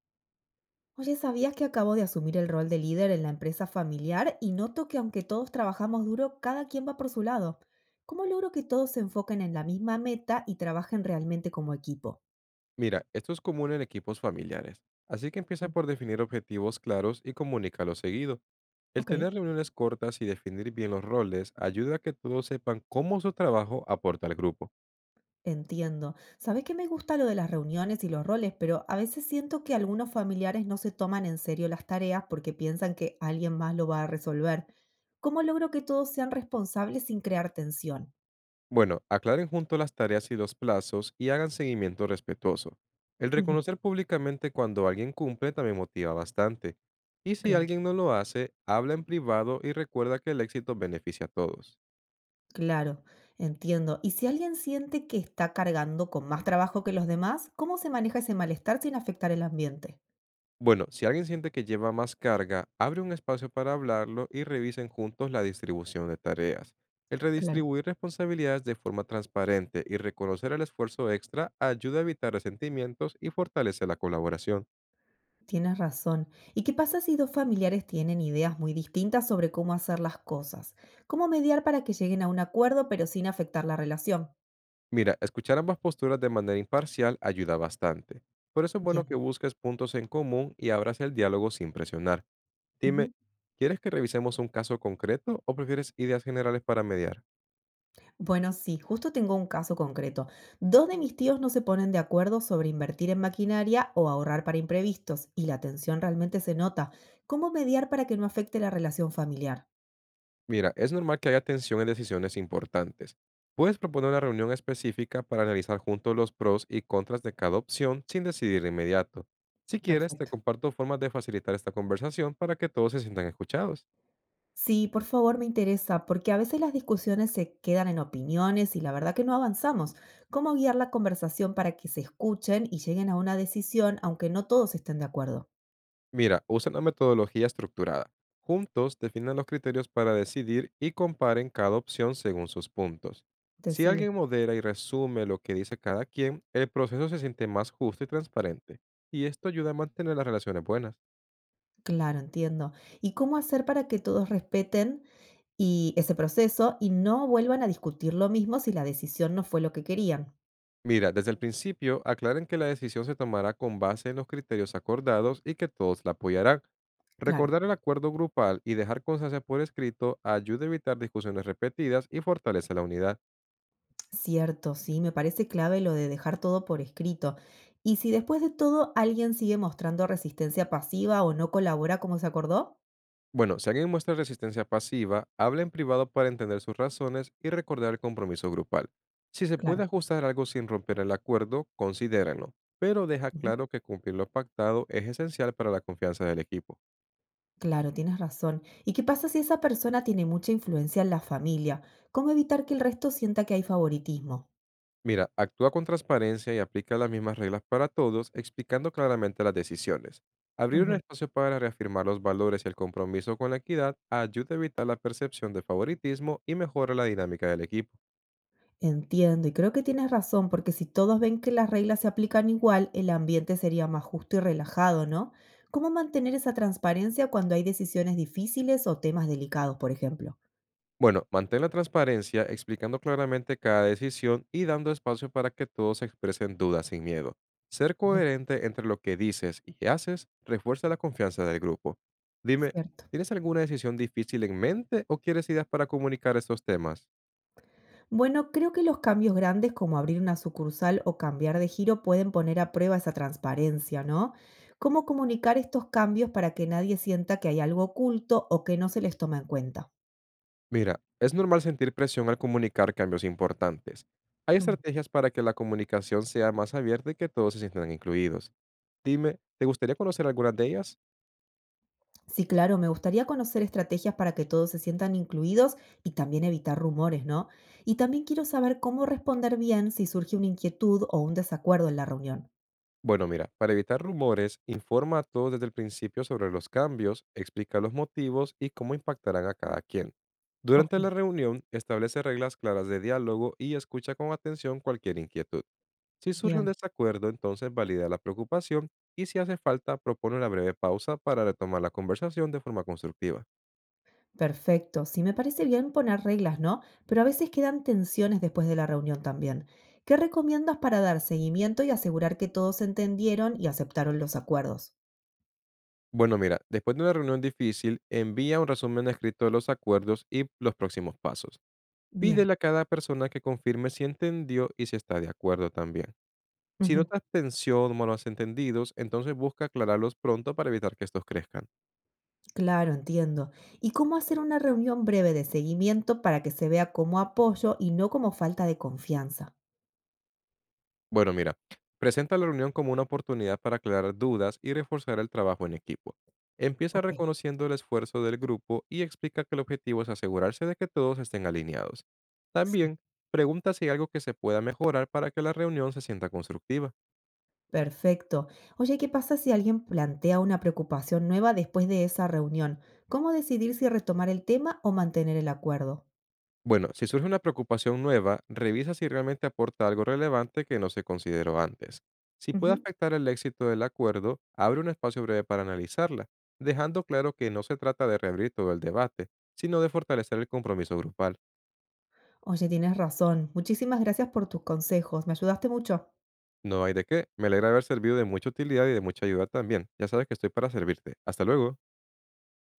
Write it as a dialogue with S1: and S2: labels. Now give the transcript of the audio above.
S1: Oye, ¿sabías que acabo de asumir el rol de líder en la empresa familiar y noto que aunque todos trabajamos duro, cada quien va por su lado? ¿Cómo logro que todos se enfoquen en la misma meta y trabajen realmente como equipo?
S2: Mira, esto es común en equipos familiares, así que empieza
S1: Mm,
S2: por definir objetivos claros y comunícalos seguido. El
S1: Ok,
S2: tener reuniones cortas y definir bien los roles ayuda a que todos sepan cómo su trabajo aporta al grupo.
S1: entiendo. Sabes que me gusta lo de las reuniones y los roles, pero a veces siento que algunos familiares no se toman en serio las tareas porque piensan que alguien más lo va a resolver. ¿Cómo logro que todos sean responsables sin crear tensión?
S2: Bueno, aclaren juntos las tareas y los plazos y hagan seguimiento respetuoso. El
S1: Ujú.
S2: reconocer públicamente cuando alguien cumple también motiva bastante. Y si
S1: Claro.
S2: alguien no lo hace, habla en privado y recuerda que el éxito beneficia a todos.
S1: Claro, entiendo. Y si alguien siente que está cargando con más trabajo que los demás, ¿cómo se maneja ese malestar sin afectar el ambiente?
S2: Bueno, si alguien siente que lleva más carga, abre un espacio para hablarlo y revisen juntos la distribución de tareas. El
S1: Claro.
S2: redistribuir responsabilidades de forma transparente y reconocer el esfuerzo extra ayuda a evitar resentimientos y fortalece la colaboración.
S1: Tienes razón. ¿Y qué pasa si dos familiares tienen ideas muy distintas sobre cómo hacer las cosas? ¿Cómo mediar para que lleguen a un acuerdo pero sin afectar la relación?
S2: Mira, escuchar ambas posturas de manera imparcial ayuda bastante. Por eso es bueno
S1: Bien.
S2: que busques puntos en común y abras el diálogo sin presionar. Dime, ¿quieres que revisemos un caso concreto o prefieres ideas generales para mediar?
S1: Bueno, sí, justo tengo un caso concreto. Dos de mis tíos no se ponen de acuerdo sobre invertir en maquinaria o ahorrar para imprevistos, y la tensión realmente se nota. ¿Cómo mediar para que no afecte la relación familiar?
S2: Mira, es normal que haya tensión en decisiones importantes. Puedes proponer una reunión específica para analizar juntos los pros y contras de cada opción sin decidir de inmediato. Si quieres, te
S1: Perfecto.
S2: comparto formas de facilitar esta conversación para que todos se sientan escuchados.
S1: Sí, por favor, me interesa, porque a veces las discusiones se quedan en opiniones y la verdad que no avanzamos. ¿Cómo guiar la conversación para que se escuchen y lleguen a una decisión, aunque no todos estén de acuerdo?
S2: Mira, usa una metodología estructurada. Juntos definan los criterios para decidir y comparen cada opción según sus puntos.
S1: Te
S2: Si
S1: sigo.
S2: alguien modera y resume lo que dice cada quien, el proceso se siente más justo y transparente, y esto ayuda a mantener las relaciones buenas.
S1: Claro, entiendo. ¿Y cómo hacer para que todos respeten y ese proceso y no vuelvan a discutir lo mismo si la decisión no fue lo que querían?
S2: Mira, desde el principio aclaren que la decisión se tomará con base en los criterios acordados y que todos la apoyarán.
S1: Claro.
S2: Recordar el acuerdo grupal y dejar constancia por escrito ayuda a evitar discusiones repetidas y fortalece la unidad.
S1: Cierto, sí, me parece clave lo de dejar todo por escrito. Y si después de todo alguien sigue mostrando resistencia pasiva o no colabora como se acordó.
S2: Bueno, si alguien muestra resistencia pasiva, habla en privado para entender sus razones y recordar el compromiso grupal. Si se
S1: Claro.
S2: puede ajustar algo sin romper el acuerdo, considérenlo, pero deja
S1: Ujú.
S2: claro que cumplir lo pactado es esencial para la confianza del equipo.
S1: Claro, tienes razón. ¿Y qué pasa si esa persona tiene mucha influencia en la familia? ¿Cómo evitar que el resto sienta que hay favoritismo?
S2: Mira, actúa con transparencia y aplica las mismas reglas para todos, explicando claramente las decisiones. Abrir un
S1: Ujú.
S2: espacio para reafirmar los valores y el compromiso con la equidad ayuda a evitar la percepción de favoritismo y mejora la dinámica del equipo.
S1: Entiendo, y creo que tienes razón, porque si todos ven que las reglas se aplican igual, el ambiente sería más justo y relajado, ¿no? ¿Cómo mantener esa transparencia cuando hay decisiones difíciles o temas delicados, por ejemplo?
S2: Bueno, mantén la transparencia explicando claramente cada decisión y dando espacio para que todos expresen dudas sin miedo. Ser
S1: Ajá.
S2: coherente entre lo que dices y haces refuerza la confianza del grupo. Dime,
S1: Cierto.
S2: ¿tienes alguna decisión difícil en mente o quieres ideas para comunicar estos temas?
S1: Bueno, creo que los cambios grandes como abrir una sucursal o cambiar de giro pueden poner a prueba esa transparencia, ¿no? ¿Cómo comunicar estos cambios para que nadie sienta que hay algo oculto o que no se les toma en cuenta?
S2: Mira, es normal sentir presión al comunicar cambios importantes. Hay estrategias para que la comunicación sea más abierta y que todos se sientan incluidos. Dime, ¿te gustaría conocer algunas de ellas?
S1: Sí, claro, me gustaría conocer estrategias para que todos se sientan incluidos y también evitar rumores, ¿no? Y también quiero saber cómo responder bien si surge una inquietud o un desacuerdo en la reunión.
S2: Bueno, mira, para evitar rumores, informa a todos desde el principio sobre los cambios, explica los motivos y cómo impactarán a cada quien.
S1: Ok,
S2: Durante la reunión, establece reglas claras de diálogo y escucha con atención cualquier inquietud. Si surge un
S1: bien,
S2: desacuerdo, entonces valida la preocupación y si hace falta, propone una breve pausa para retomar la conversación de forma constructiva.
S1: perfecto. Sí, me parece bien poner reglas, ¿no? Pero a veces quedan tensiones después de la reunión también. ¿Qué recomiendas para dar seguimiento y asegurar que todos entendieron y aceptaron los acuerdos?
S2: Bueno, mira, después de una reunión difícil, envía un resumen escrito de los acuerdos y los próximos pasos.
S1: Bien.
S2: Pídele a cada persona que confirme si entendió y si está de acuerdo también. Si
S1: Ujú.
S2: notas tensión o malos entendidos, entonces busca aclararlos pronto para evitar que estos crezcan.
S1: Claro, entiendo. ¿Y cómo hacer una reunión breve de seguimiento para que se vea como apoyo y no como falta de confianza?
S2: Bueno, mira, presenta la reunión como una oportunidad para aclarar dudas y reforzar el trabajo en equipo. Empieza
S1: Ok,
S2: reconociendo el esfuerzo del grupo y explica que el objetivo es asegurarse de que todos estén alineados.
S1: sí,
S2: También, pregunta si hay algo que se pueda mejorar para que la reunión se sienta constructiva.
S1: perfecto. Oye, ¿qué pasa si alguien plantea una preocupación nueva después de esa reunión? ¿Cómo decidir si retomar el tema o mantener el acuerdo?
S2: Bueno, si surge una preocupación nueva, revisa si realmente aporta algo relevante que no se consideró antes. Si puede
S1: Ujú.
S2: afectar el éxito del acuerdo, abre un espacio breve para analizarla, dejando claro que no se trata de reabrir todo el debate, sino de fortalecer el compromiso grupal.
S1: Oye, tienes razón. Muchísimas gracias por tus consejos. Me ayudaste mucho.
S2: No hay de qué. Me alegra haber servido de mucha utilidad y de mucha ayuda también. Ya sabes que estoy para servirte. Hasta luego.